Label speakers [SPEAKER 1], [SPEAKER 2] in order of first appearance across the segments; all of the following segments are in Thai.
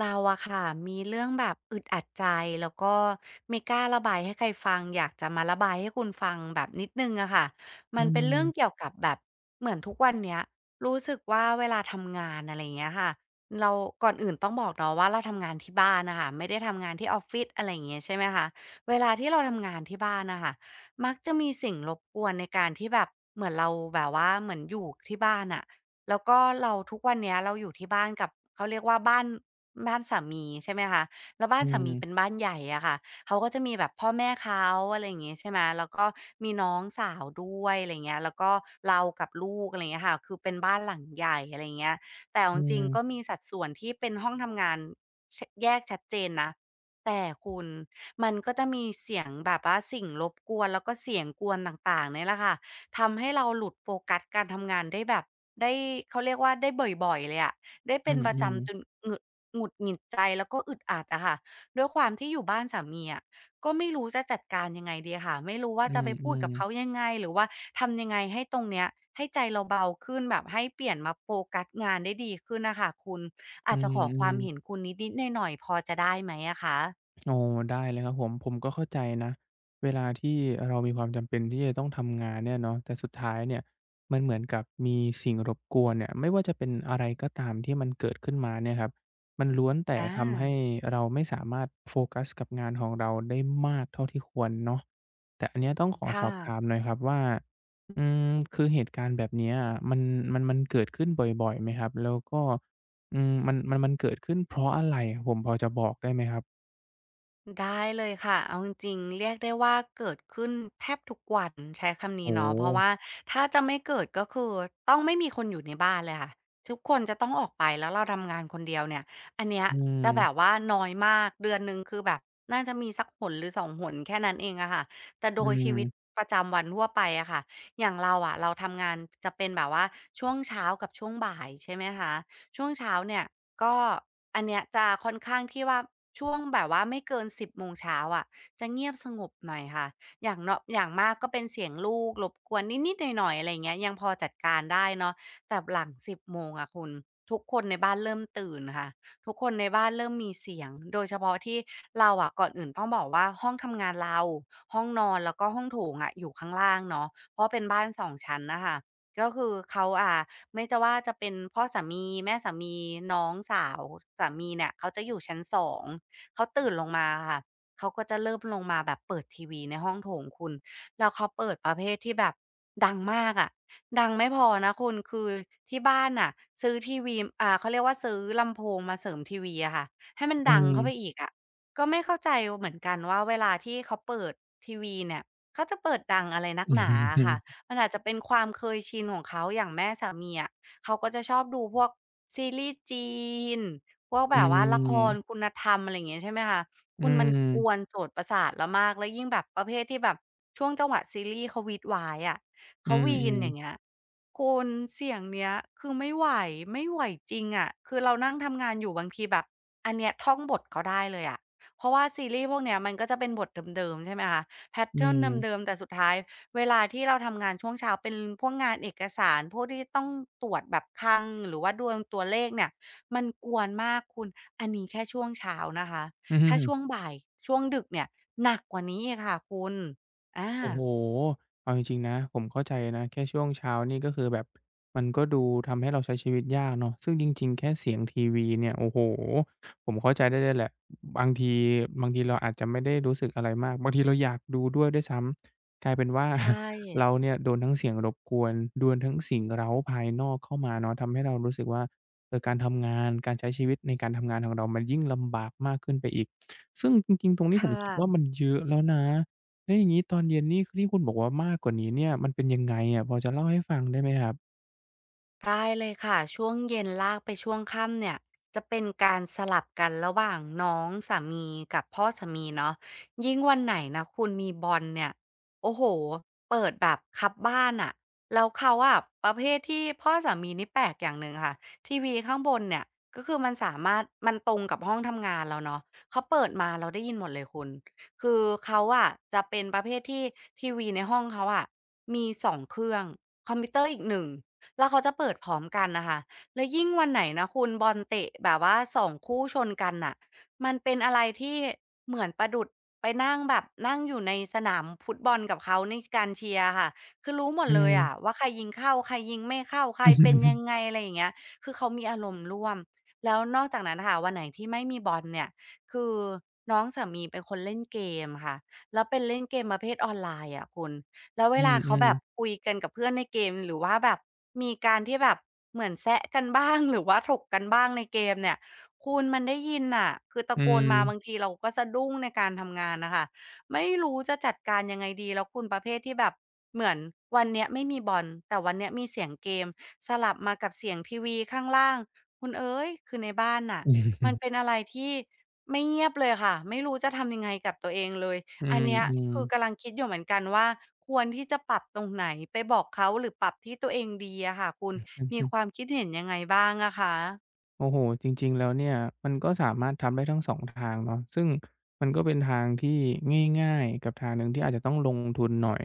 [SPEAKER 1] เราอะค่ะมีเรื่องแบบอึดอัดใจแล้วก็ไม่กล้าระบายให้ใครฟังอยากจะมาระบายให้คุณฟังแบบนิดหนึ่งอะค่ะ
[SPEAKER 2] อื
[SPEAKER 1] มัน
[SPEAKER 2] ม
[SPEAKER 1] เป็
[SPEAKER 2] อื
[SPEAKER 1] น
[SPEAKER 2] อ
[SPEAKER 1] เรื่องเกี่ยวกับแบบเหมือนทุกวันเนี้ยรู้สึกว่าเวลาทำงานอะไรอย่างเงี้ยค่ะเราก่อนอื่นต้องบอกเนาะว่าเราทำงานที่บ้านนะคะไม่ได้ทำงานที่ออฟฟิศอะไรอย่างเงี้ยใช่ไหมคะเวลาที่เราทำงานที่บ้านนะคะมักจะมีสิ่งรบกวนในการที่แบบเหมือนเราแบบว่าเหมือนอยู่ที่บ้านอะแล้วก็เราทุกวันเนี้ยเราอยู่ที่บ้านกับเขาเรียกว่าบ้าน บ้านสามีใช่ไหมคะแล้วบ้า
[SPEAKER 2] อื
[SPEAKER 1] นสามีเป็น
[SPEAKER 2] อ
[SPEAKER 1] บ้านใหญ่อะค่ะ เขาก็จะมีแบบพ่อแม่เขาอะไรอย่างงี้ใช่ไหม แล้วก็มีน้องสาวด้วยอะไรเงี้ยแล้วก็เรากับลูกอะไรเงี้ยค่ะคือเป็นบ้านหลังใหญ่อะไรอย่างเงี้ยแต่เอา
[SPEAKER 2] อื
[SPEAKER 1] จริ
[SPEAKER 2] ม
[SPEAKER 1] งๆก็
[SPEAKER 2] อ
[SPEAKER 1] มีสัดส่วนที่เป็นห้องทำงานชแยกชัดเจนนะแต่คุณมันก็จะมีเสียงแบบว่าสิ่งรบกวนแล้วก็เสียงกวนต่างๆเนี่ยแหละค่ะทำให้เราหลุดโฟกัสการทำงานได้แบบได้เขาเรียกว่าได้บ่อยๆเลยอะได้
[SPEAKER 2] ๆอื
[SPEAKER 1] เป็น
[SPEAKER 2] ม
[SPEAKER 1] ประ
[SPEAKER 2] อ
[SPEAKER 1] จำจน
[SPEAKER 2] ๆ
[SPEAKER 1] งึ หงุดหงิดใจแล้วก็อึดอัดอะค่ะด้วยความที่อยู่บ้านสามีอะก็ไม่รู้จะจัดการยังไงดีค่ะไม่รู้ว่า
[SPEAKER 2] อ
[SPEAKER 1] จะไปพูดกับ
[SPEAKER 2] ื
[SPEAKER 1] เขายังไงหรือว่าทำยังไงให้ตรงเนี้ยให้ใจเราเบาขึ้นแบบให้เปลี่ยนมาโฟกัสงานได้ดีขึ้นนะคะคุณ
[SPEAKER 2] ม
[SPEAKER 1] อาจจะขอค
[SPEAKER 2] อ
[SPEAKER 1] วามเห็น
[SPEAKER 2] ๆ
[SPEAKER 1] คุณนิดๆหน่อยๆพอจะได้ไหมอะคะ
[SPEAKER 2] โอ้อได้เลยครับผมก็เข้าใจนะเวลาที่เรามีความจำเป็นที่จะต้องทำงานเนี่ยเนาะแต่สุดท้ายเนี่ยมันเหมือนกับมีสิ่งรบกวนเนี่ยไม่ว่าจะเป็นอะไรก็ตามที่มันเกิดขึ้นมาเนี่ยครับมันล้วนแต่
[SPEAKER 1] อ
[SPEAKER 2] ทำให้
[SPEAKER 1] า
[SPEAKER 2] เราไม่สามารถโฟกัสกับงานของเราได้มากเท่าที่ควรเนาะแต่อันเนี้ยต้องขอส
[SPEAKER 1] ค่ะ
[SPEAKER 2] อบถามหน่อยครับว่าคือเหตุการณ์แบบเนี้ยมันมันเกิดขึ้นบ่อยๆไหมครับแล้วก็มันเกิดขึ้นเพราะอะไรผมพอจะบอกได้ไหมครับ
[SPEAKER 1] ได้เลยค่ะเอาจริงๆเรียกได้ว่าเกิดขึ้นแทบทุกวันใช้คำนี้
[SPEAKER 2] โอ้
[SPEAKER 1] เนาะเพราะว่า
[SPEAKER 2] โฮ
[SPEAKER 1] ถ้าจะไม่เกิดก็คือต้องไม่มีคนอยู่ในบ้านเลยค่ะทุกคนจะต้องออกไปแล้วเราทำงานคนเดียวเนี่ยอันเนี้ย
[SPEAKER 2] อื
[SPEAKER 1] จะแบบ
[SPEAKER 2] ม
[SPEAKER 1] ว่าน้อยมากเดือนหนึ่งคือแบบน่าจะมีสักหนหรือสองหนแค่นั้นเองอะค่ะแต่
[SPEAKER 2] อื
[SPEAKER 1] โดยชีวิต
[SPEAKER 2] ม
[SPEAKER 1] ประจำวันทั่วไปอะค่ะอย่างเราอะเราทำงานจะเป็นแบบว่าช่วงเช้ากับช่วงบ่ายใช่ไหมคะ ช่วงเช้าเนี่ยก็อันเนี้ยจะค่อนข้างที่ว่าช่วงแบบว่าไม่เกิน10โมงเช้าอะจะเงียบสงบหน่อยค่ะอย่างเนาะอย่างมากก็เป็นเสียงลูกรบกวนนิดๆหน่อยๆอะไร่างเงี้ยยังพอจัดการได้เนาะแต่หลัง10โมงอะคุณทุกคนในบ้านเริ่มตื่นค่ะทุกคนในบ้านเริ่มมีเสียงโดยเฉพาะที่เราอะก่อนอื่นต้องบอกว่าห้องทำงานเราห้องนอนแล้วก็ห้องโถงอะอยู่ข้างล่างเนาะเพราะเป็นบ้านสองชั้นนะคะ ก็คือเขาอ่ะไม่จะว่าจะเป็นพ่อสามีแม่สามีน้องสาวสามีเนี่ยเขาจะอยู่ชั้นสองเขาตื่นลงมาค่ะเขาก็จะเริ่มลงมาแบบเปิดทีวีในห้องโถงคุณแล้วเขาเปิดประเภทที่แบบดังมากอะดังไม่พอนะคุณคือที่บ้านอ่ะซื้อทีวีเขาเรียกว่าซื้อลำโพงมาเสริมทีวีอะค่ะให้มัน
[SPEAKER 2] อื
[SPEAKER 1] ดังเข้าไป
[SPEAKER 2] ม
[SPEAKER 1] อีกอะก็ไม่เข้าใจเหมือนกันว่าเวลาที่เขาเปิดทีวีเนี่ยเขาจะเปิดดังอะไรนักหนาค่ะ มันอาจจะเป็นความเคยชินของเขาอย่างแม่สามีอะเขาก็จะชอบดูพวกซีรีส์จีนพวก
[SPEAKER 2] อื
[SPEAKER 1] แบบว่าละคร
[SPEAKER 2] ม
[SPEAKER 1] คุณธรรมอะไรอย่างเงี้ยใช่ไหมคะ
[SPEAKER 2] อื
[SPEAKER 1] คุณมันกวน
[SPEAKER 2] ม
[SPEAKER 1] โสตประสาทเรามากแล้วยิ่งแบบประเภทที่แบบช่วงจังหวะซีรีส์เขาวี๊ดว้ายอะ
[SPEAKER 2] อื
[SPEAKER 1] เขาวีนอย่าง
[SPEAKER 2] ม
[SPEAKER 1] เงี้ยคุณเสียงเนี้ยคือไม่ไหวไม่ไหวจริงอะคือเรานั่งทำงานอยู่บางทีแบบอันเนี้ยท่องบทเขาได้เลยอะเพราะว่าซีรีส์พวกเนี้ยมันก็จะเป็นบทเดิมๆใช่ไหมคะแพต
[SPEAKER 2] อื
[SPEAKER 1] เทิร์
[SPEAKER 2] ม
[SPEAKER 1] น
[SPEAKER 2] อืม
[SPEAKER 1] เดิมๆแต่สุดท้าย เวลาที่เราทำงานช่วงเช้าเป็นพวกงานเอกสารพวกที่ต้องตรวจแบบคลังหรือว่าดวงตัวเลขเนี่ยมันกวนมากคุณอันนี้แค่ช่วงเช้านะคะ
[SPEAKER 2] อื
[SPEAKER 1] ถ้าช่วง
[SPEAKER 2] ม
[SPEAKER 1] บ่ายช่วงดึกเนี่ยหนักกว่านี้อีกค่ะคุณอา
[SPEAKER 2] โอ้โฮเอาจริงๆนะ ผมเข้าใจนะ แค่ช่วงเช้านี่ก็คือแบบ มันก็ดูทำให้เราใช้ชีวิตยากเนาะซึ่งจริงๆแค่เสียงทีวีเนี่ยโอ้โฮผมเข้าใจได้เลยแหละบางทีบางทีเราอาจจะไม่ได้รู้สึกอะไรมากบางทีเราอยากดูด้วยด้วยซ้ำกลายเป็นว่า
[SPEAKER 1] ใช่
[SPEAKER 2] เราเนี่ยโดนทั้งเสียงรบกวนโดนทั้งสิ่งเร้าภายนอกเข้ามาเนาะทำให้เรารู้สึกว่าการทำงานการใช้ชีวิตในการทำงานของเรามันยิ่งลำบากมากขึ้นไปอีก ซึ่งจริงๆตรงนี้
[SPEAKER 1] ค
[SPEAKER 2] ผมคิดว่า
[SPEAKER 1] ่ะ
[SPEAKER 2] มันเยอะแล้วนะ แล้วอย่างนี้ตอนเย็นนี่ที่คุณบอกว่ามากกว่านี้เนี่ยมันเป็นยังไงอะพอจะเล่าให้ฟังได้ไหมครับ
[SPEAKER 1] ได้เลยค่ะช่วงเย็นลากไปช่วงค่ำเนี่ยจะเป็นการสลับกันระหว่างน้องสามีกับพ่อสามีเนาะยิ่งวันไหนนะคุณมีบอลเนี่ยโอ้โหเปิดแบบคับบ้านอะแล้วเขาอะประเภทที่พ่อสามีนี่แปลกอย่างหนึ่งค่ะทีวีข้างบนเนี่ยก็คือมันสามารถมันตรงกับห้องทำงานเราเนาะเขาเปิดมาเราได้ยินหมดเลยคุณคือเขาอะจะเป็นประเภทที่ทีวีในห้องเขาอะมี2เครื่องคอมพิวเตอร์อีก1 แล้วเขาจะเปิดพร้อมกันนะคะแล้วยิ่งวันไหนนะคุณบอลเตะแบบว่าสองคู่ชนกันน่ะมันเป็นอะไรที่เหมือนประดุจไปนั่งแบบนั่งอยู่ในสนามฟุตบอลกับเขาในการเชียร์ค่ะคือรู้หมด
[SPEAKER 2] อื
[SPEAKER 1] เลยอะ
[SPEAKER 2] ม
[SPEAKER 1] ว่าใครยิงเข้าใครยิงไม่เข้าใครเป็นยังไงอะไรอย่างเงี้ยคือเขามีอารมณ์ร่วม แล้วนอกจากนั้นค่ะวันไหนที่ไม่มีบอลเนี่ยคือน้องสามีเป็นคนเล่นเกมค่ะแล้วเป็นเล่นเกมประเภทออนไลน์อะคุณ แล้วเว
[SPEAKER 2] อืม
[SPEAKER 1] ลา
[SPEAKER 2] อื
[SPEAKER 1] เขา
[SPEAKER 2] ม
[SPEAKER 1] แบบคุยกันกับเพื่อนในเกมหรือว่าแบบมีการที่แบบเหมือนแซะกันบ้าง หรือว่าถกกันบ้างในเกมเนี่ยคุณมันได้ยินน่ะคือตะ
[SPEAKER 2] อื
[SPEAKER 1] โกนมาบาง
[SPEAKER 2] ม
[SPEAKER 1] ทีเราก็สะดุ้งในการทำงานน่ะค่ะไม่รู้จะจัดการยังไงดีแล้วคุณประเภทที่แบบเหมือนวันเนี้ยไม่มีบอลแต่วันเนี้ยมีเสียงเกมสลับมากับเสียงทีวีข้างล่างคุณเอ๋ยคือในบ้านน่ะมันเป็นอะไรที่ไม่เงียบเลยค่ะไม่รู้จะทำยังไงกับตัวเองเลย
[SPEAKER 2] อื
[SPEAKER 1] อัน
[SPEAKER 2] ม
[SPEAKER 1] เนี้ย
[SPEAKER 2] อืม
[SPEAKER 1] คือกำลังคิดอยู่เหมือนกันว่าควรที่จะปรับตรงไหนไปบอกเขาหรือปรับที่ตัวเองดีอะค่ะคุณ
[SPEAKER 2] อืม
[SPEAKER 1] มี
[SPEAKER 2] อืม
[SPEAKER 1] ความคิดเห็นยังไงบ้างอะคะ
[SPEAKER 2] โอ้โฮจริงๆ แล้วเนี่ยมันก็สามารถทำได้ทั้งสองทางเนาะซึ่งมันก็เป็นทางที่ง่ายๆ กับทางหนึ่งที่อาจจะต้องลงทุนหน่อย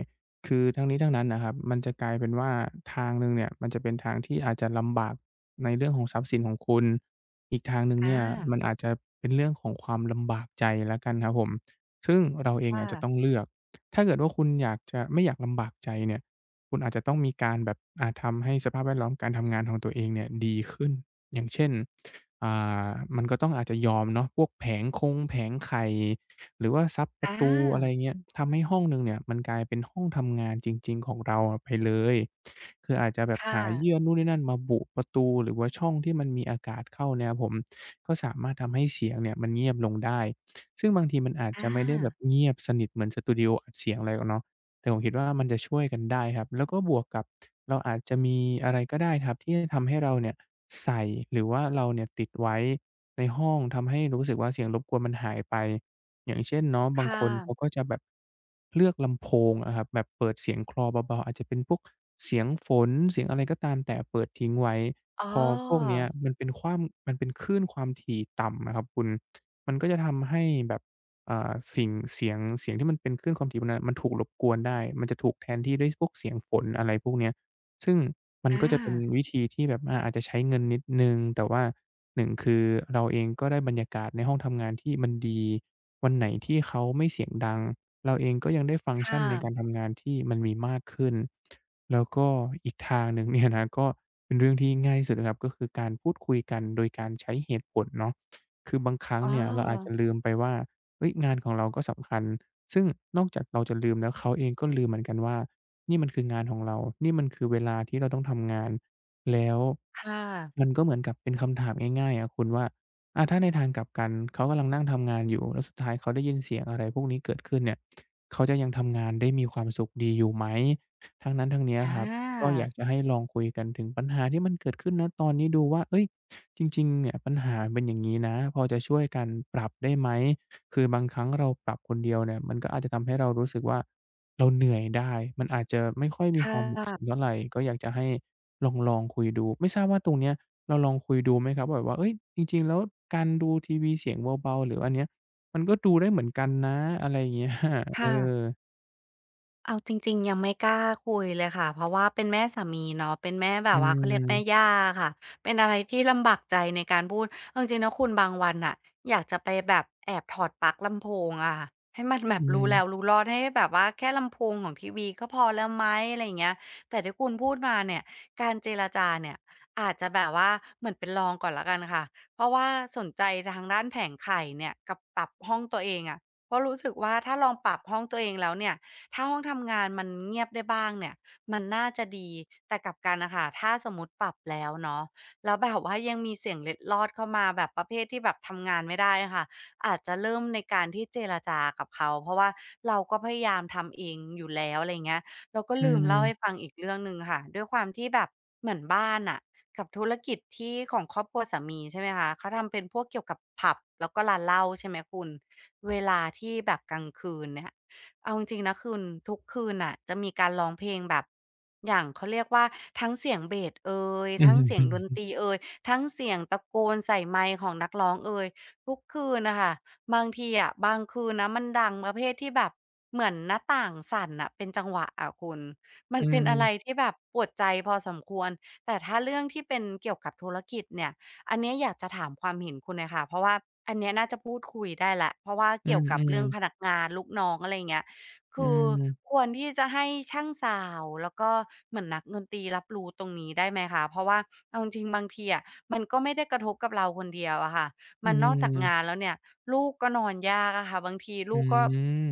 [SPEAKER 2] คือทั้งนี้ทั้งนั้นน่ะครับ มันจะกลายเป็นว่าทางหนึ่งเนี่ย มันจะเป็นทางที่อาจจะลำบากในเรื่องของทรัพย์สินของคุณ อีกทางหนึ่งเนี่ย
[SPEAKER 1] อา
[SPEAKER 2] มันอาจจะเป็นเรื่องของความลำบากใจแล้วกันครับผมซึ่งเราเอ
[SPEAKER 1] ค
[SPEAKER 2] งอาจจะต้อง
[SPEAKER 1] ่ะ
[SPEAKER 2] เลือกถ้าเกิดว่าคุณอยากจะไม่อยากลำบากใจเนี่ย คุณอาจจะต้องมีการแบบอาาทำให้สภาพแวดล้อมการทำงานของตัวเองเนี่ยดีขึ้นอย่างเช่นอ่ามันก็ต้องอาจจะยอมเนาะพวกแผงคงแผงไข่หรือว่าซับป
[SPEAKER 1] อ
[SPEAKER 2] ระตูอะไร
[SPEAKER 1] า
[SPEAKER 2] เงี้ยทำให้ห้องหนึ่งเนี่ยมันกลายเป็นห้องทำงานจริงๆของเราอะไปเลยคืออาจจะแบ
[SPEAKER 1] ค
[SPEAKER 2] บหาเยื่อ
[SPEAKER 1] ่ะ
[SPEAKER 2] นู่นนี่นั่นมาบุประตูหรือว่าช่องที่มันมีอากาศเข้าเนี่ยครับผมก็สามารถทำให้เสียงเนี่ยมันเงียบลงได้ซึ่งบางทีมันอาจจะ
[SPEAKER 1] อา
[SPEAKER 2] ไม่ได้แบบเงียบสนิทเหมือนสตูดิโออัดเสียงอะไรหรอกเนาะ แต่ผมคิดว่ามันจะช่วยกันได้ครับแล้วก็บวกกับเราอาจจะมีอะไรก็ได้ครับที่จะทำให้เราเนี่ยใส่หรือว่าเราเนี่ยติดไว้ในห้องทำให้รู้สึกว่าเสียงรบกวนมันหายไปอย่างเช่นเนาะบางค
[SPEAKER 1] ค่ะ
[SPEAKER 2] นเขาก็จะแบบเลือกลำโพงอะครับแบบเปิดเสียงคลอเบาๆอาจจะเป็นพวกเสียงฝนเสียงอะไรก็ตามแต่เปิดทิ้งไว้
[SPEAKER 1] อ๋อ
[SPEAKER 2] พอพวกเนี้ยมันเป็นคลื่นความถี่ต่ำอะครับคุณมันก็จะทำให้แบบ อ่าสิ่งเสียงเสียงที่มันเป็นคลื่นความถี่พวกนั้นมันถูกรบกวนได้มันจะถูกแทนที่ด้วยพวกเสียงฝนอะไรพวกเนี้ยซึ่งมัน
[SPEAKER 1] อา
[SPEAKER 2] ก็จะเป็นวิธีที่แบบอาจจะใช้เงินนิดหนึ่งแต่ว่า1คือเราเองก็ได้บรรยากาศในห้องทำงานที่มันดี วันไหนที่เขาไม่เสียงดัง เราเองก็ยังได้ฟังก์ชัน
[SPEAKER 1] ค่ะ
[SPEAKER 2] ในการทำงานที่มันมีมากขึ้นแล้วก็อีกทางหนึ่งเนี่ยนะก็เป็นเรื่องที่ง่ายที่สุดนะครับก็คือการพูดคุยกันโดยการใช้เหตุผลเนาะคือบางครั้ง
[SPEAKER 1] อ๋อ
[SPEAKER 2] เนี่ยเราอาจจะลืมไปว่า เฮ้ยงานของเราก็สำคัญซึ่งนอกจากเราจะลืมแล้วเขาเองก็ลืมเหมือนกันว่านี่มันคืองานของเรา นี่มันคือเวลาที่เราต้องทำงาน แล้ว
[SPEAKER 1] ค่ะ
[SPEAKER 2] มันก็เหมือนกับเป็นคำถามง่ายๆอะคุณว่าถ้าในทางกลับกันเขากำลังนั่งทำงานอยู่แล้วสุดท้ายเขาได้ยินเสียงอะไรพวกนี้เกิดขึ้นเนี่ยเขาจะยังทำงานได้มีความสุขดีอยู่ไหมทั้งนั้นทั้งเนี้ย
[SPEAKER 1] อ
[SPEAKER 2] ครับก็
[SPEAKER 1] า
[SPEAKER 2] อยากจะให้ลองคุยกันถึงปัญหาที่มันเกิดขึ้นณตอนนี้ดูว่าเฮ้ยจริงๆเนี่ยปัญหาเป็นอย่างงี้นะพอจะช่วยกันปรับได้ไหม คือบางครั้งเราปรับคนเดียวเนี่ยมันก็อาจจะทำให้เรารู้สึกว่าเราเหนื่อยได้มันอาจจะไม่ค่อยมี
[SPEAKER 1] ค่
[SPEAKER 2] ความเหมาะส
[SPEAKER 1] ะ
[SPEAKER 2] มเท่าไรก็อยากจะให้ลองคุยดูไม่ทราบว่าตรงเนี้ยเราลองคุยดูไหมครับว่าแบบว่าเฮ้ยจริงๆแล้วการดูทีวีเสียงเบาๆหรืออันเนี้ยมันก็ดูได้เหมือนกันนะอะไรอย่างเงี้ย เออ
[SPEAKER 1] ค่ะ เอาจริงๆยังไม่กล้าคุยเลยค่ะเพราะว่าเป็นแม่สามีเนาะเป็นแม่แบ
[SPEAKER 2] อื
[SPEAKER 1] บว่าเขาเรียกแม่
[SPEAKER 2] ม
[SPEAKER 1] ย่าค่ะเป็นอะไรที่ลำบากใจในการพูดเอาจริงๆนะคุณบางวันน่ะอยากจะไปแบบแอบถอดปลั๊กลำโพงอะค่ะให้มันแบ
[SPEAKER 2] อื
[SPEAKER 1] บรู้แล้ว
[SPEAKER 2] ม
[SPEAKER 1] รู้รอดให้แบบว่าแค่ลำโพงของทีวีก็พอแล้วไหมอะไรอย่างเงี้ยแต่ที่คุณพูดมาเนี่ยการเจรจาเนี่ยอาจจะแบบว่าเหมือนเป็นรองก่อนแล้วกันค่ะเพราะว่าสนใจทางด้านแผงไข่เนี่ยกับปรับห้องตัวเองอะเพราะรู้สึกว่าถ้าลองปรับห้องตัวเองแล้วเนี่ย ถ้าห้องทำงานมันเงียบได้บ้างเนี่ยมันน่าจะดีแต่กลับกันน่ะค่ะถ้าสมมุติปรับแล้วเนาะแล้วแบบว่ายังมีเสียงเล็ดลอดเข้ามาแบบประเภทที่แบบทำงานไม่ได้อะค่ะอาจจะเริ่มในการที่เจรจากับเขาเพราะว่าเราก็พยายามทำเองอยู่แล้วอะไรอย่างเงี้ยเราก็
[SPEAKER 2] อื
[SPEAKER 1] ลืมเล่าให้
[SPEAKER 2] ม
[SPEAKER 1] ฟังอีกเรื่องหนึ่งค่ะด้วยความที่แบบเหมือนบ้านน่ะกับธุรกิจที่ของครอบครัวสามีใช่ไหมคะเขาทำเป็นพวกเกี่ยวกับผับแล้วก็ร้านเหล้าใช่ไหมคุณเวลาที่แบบกลางคืนเนี่ย เอาจริงๆนะคืนทุกคืนน่ะจะมีการร้องเพลงแบบอย่างเขาเรียกว่าทั้งเสียงเบสเอย
[SPEAKER 2] อื
[SPEAKER 1] ทั้งเสียงดนต
[SPEAKER 2] ม
[SPEAKER 1] รีเอยทั้งเสียงตะโกนใส่ไมค์ของนักร้องเอยทุกคืนนะคะบางทีอะบางคืนนะมันดังประเภทที่แบบเหมือนหน้าต่างสั่นอ่ะเป็นจังหวะอะคุณ มัน
[SPEAKER 2] อื
[SPEAKER 1] เป็นอะไร
[SPEAKER 2] ม
[SPEAKER 1] ที่แบบปวดใจพอสมควรแต่ถ้าเรื่องที่เป็นเกี่ยวกับธุรกิจเนี่ยอันเนี้ยอยากจะถามความเห็นคุณนะค่ะเพราะว่าอันเนี้ยน่าจะพูดคุยได้แหล้วเพราะว่า
[SPEAKER 2] อื
[SPEAKER 1] เกี่ยวกับ
[SPEAKER 2] ม
[SPEAKER 1] เรื่อง
[SPEAKER 2] ๆ
[SPEAKER 1] พนักงานลูกน้องอะไรอย่างเงี้ย
[SPEAKER 2] อื
[SPEAKER 1] คือ
[SPEAKER 2] ม
[SPEAKER 1] ควรที่จะให้ช่างสาวแล้วก็เหมือนนักดนตรีรับรู้ตรงนี้ได้ไหมคะเพราะว่าเอาจริงๆบางทีอะมันก็ไม่ได้กระทบกับเราคนเดียวอะค่ะ
[SPEAKER 2] อื
[SPEAKER 1] มันนอกจากงาน
[SPEAKER 2] ม
[SPEAKER 1] แล้วเนี่ยลูกก็นอนยากอะค่ะบางที
[SPEAKER 2] อื
[SPEAKER 1] ลูกก็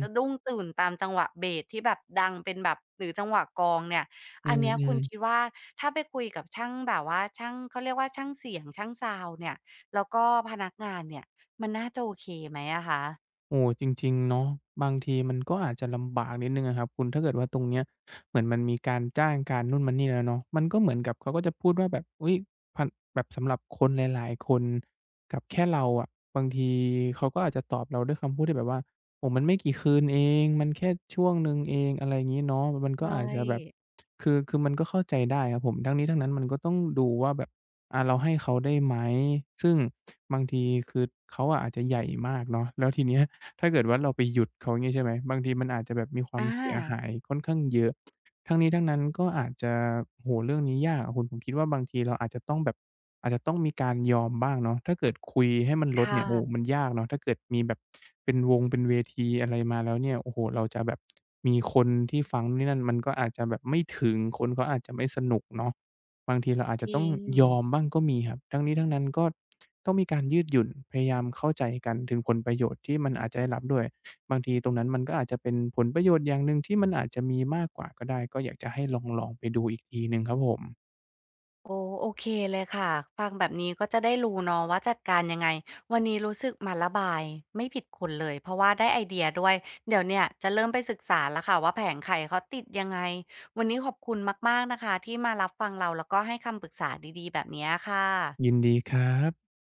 [SPEAKER 1] สะดุ้งตื่นตามจังหวะเบสที่แบบดังเป็นแบบหรือจังหวะกลองเนี่ย
[SPEAKER 2] อื
[SPEAKER 1] อัน
[SPEAKER 2] ม
[SPEAKER 1] เนี้ย
[SPEAKER 2] อื
[SPEAKER 1] คุณคิ
[SPEAKER 2] ม
[SPEAKER 1] ดว่าถ้าไปคุยกับช่างแบบว่าช่างเขาเรียกว่าช่างเสียงช่างซาวด์เนี่ยแล้วก็พนักงานเนี่ยมันน่าจะโอเคไหมอะคะ
[SPEAKER 2] โอ้จริงๆเนาะบางทีมันก็อาจจะลำบากนิดหนึ่งอะครับคุณถ้าเกิดว่าตรงเนี้ยเหมือนมันมีการจ้างการนู่นมันนี่แล้วเนาะมันก็เหมือนกับเขาก็จะพูดว่าแบบอุ๊ยพันแบบสำหรับคนหลายๆคนกับแค่เราอะบางทีเขาก็อาจจะตอบเราด้วยคำพูดที่แบบว่าโอ้มันไม่กี่คืนเองมันแค่ช่วงหนึ่งเองอะไรงี้เนาะมันก็
[SPEAKER 1] ใช่
[SPEAKER 2] อาจจะแบบคือมันก็เข้าใจได้ครับผมทั้งนี้ทั้งนั้นมันก็ต้องดูว่าแบบเราให้เขาได้ไหมซึ่งบางทีคือเขาอะอาจจะใหญ่มากเนาะแล้วทีเนี้ย ถ้าเกิดว่าเราไปหยุดเขางี้ใช่ไหมบางทีมันอาจจะแบบมีควา
[SPEAKER 1] อ
[SPEAKER 2] มเสีย
[SPEAKER 1] า
[SPEAKER 2] หายค่อนข้างเยอะทั้งนี้ทั้งนั้นก็อาจจะโอ้โฮเรื่องนี้ยากอะคุณผมคิดว่าบางทีเราอาจจะต้องแบบอาจจะต้องมีการยอมบ้างเนาะถ้าเกิดคุยให้มัน
[SPEAKER 1] ค
[SPEAKER 2] ลดเนี่ยโอ้มั
[SPEAKER 1] ่ะ
[SPEAKER 2] นยากเนาะถ้าเกิดมีแบบเป็นวงเป็นเวทีอะไรมาแล้วเนี่ยโอ้โฮเราจะแบบมีคนที่ฟังนี่นั่นมันก็อาจจะแบบไม่ถึงคนเขาอาจจะไม่สนุกเนาะ บางทีเราอาจ
[SPEAKER 1] จ
[SPEAKER 2] จะต้อ
[SPEAKER 1] ริ
[SPEAKER 2] ง
[SPEAKER 1] ง
[SPEAKER 2] ยอมบ้างก็มีครับทั้งนี้ทั้งนั้นก็ต้องมีการยืดหยุ่นพยายามเข้าใจกันถึงผลประโยชน์ที่มันอาจจะได้รับด้วย บางทีตรงนั้นมันก็อาจจะเป็นผลประโยชน์อย่างหนึ่งที่มันอาจจะมีมากกว่าก็ได้ ก็อยากจะให้ลองๆไปดูอีกทีหนึ่งครับผม
[SPEAKER 1] โอ้โอเคเลยค่ะ ฟังแบบนี้ก็จะได้รู้เนาะว่าจัดการยังไง วันนี้รู้สึกมาระบาย ไม่ผิดคุณเลย เพราะว่าได้ไอเดียด้วย เดี๋ยวเนี่ยจะเริ่มไปศึกษาแล้วค่ะว่าแผงไข่เขาติดยังไง วันนี้ขอบคุณมากๆนะคะที่มารับฟังเราแล้วก็ให้คำปรึกษาดีๆแบบเนี้ยค่
[SPEAKER 2] ยิน
[SPEAKER 1] ะ
[SPEAKER 2] ดีครับ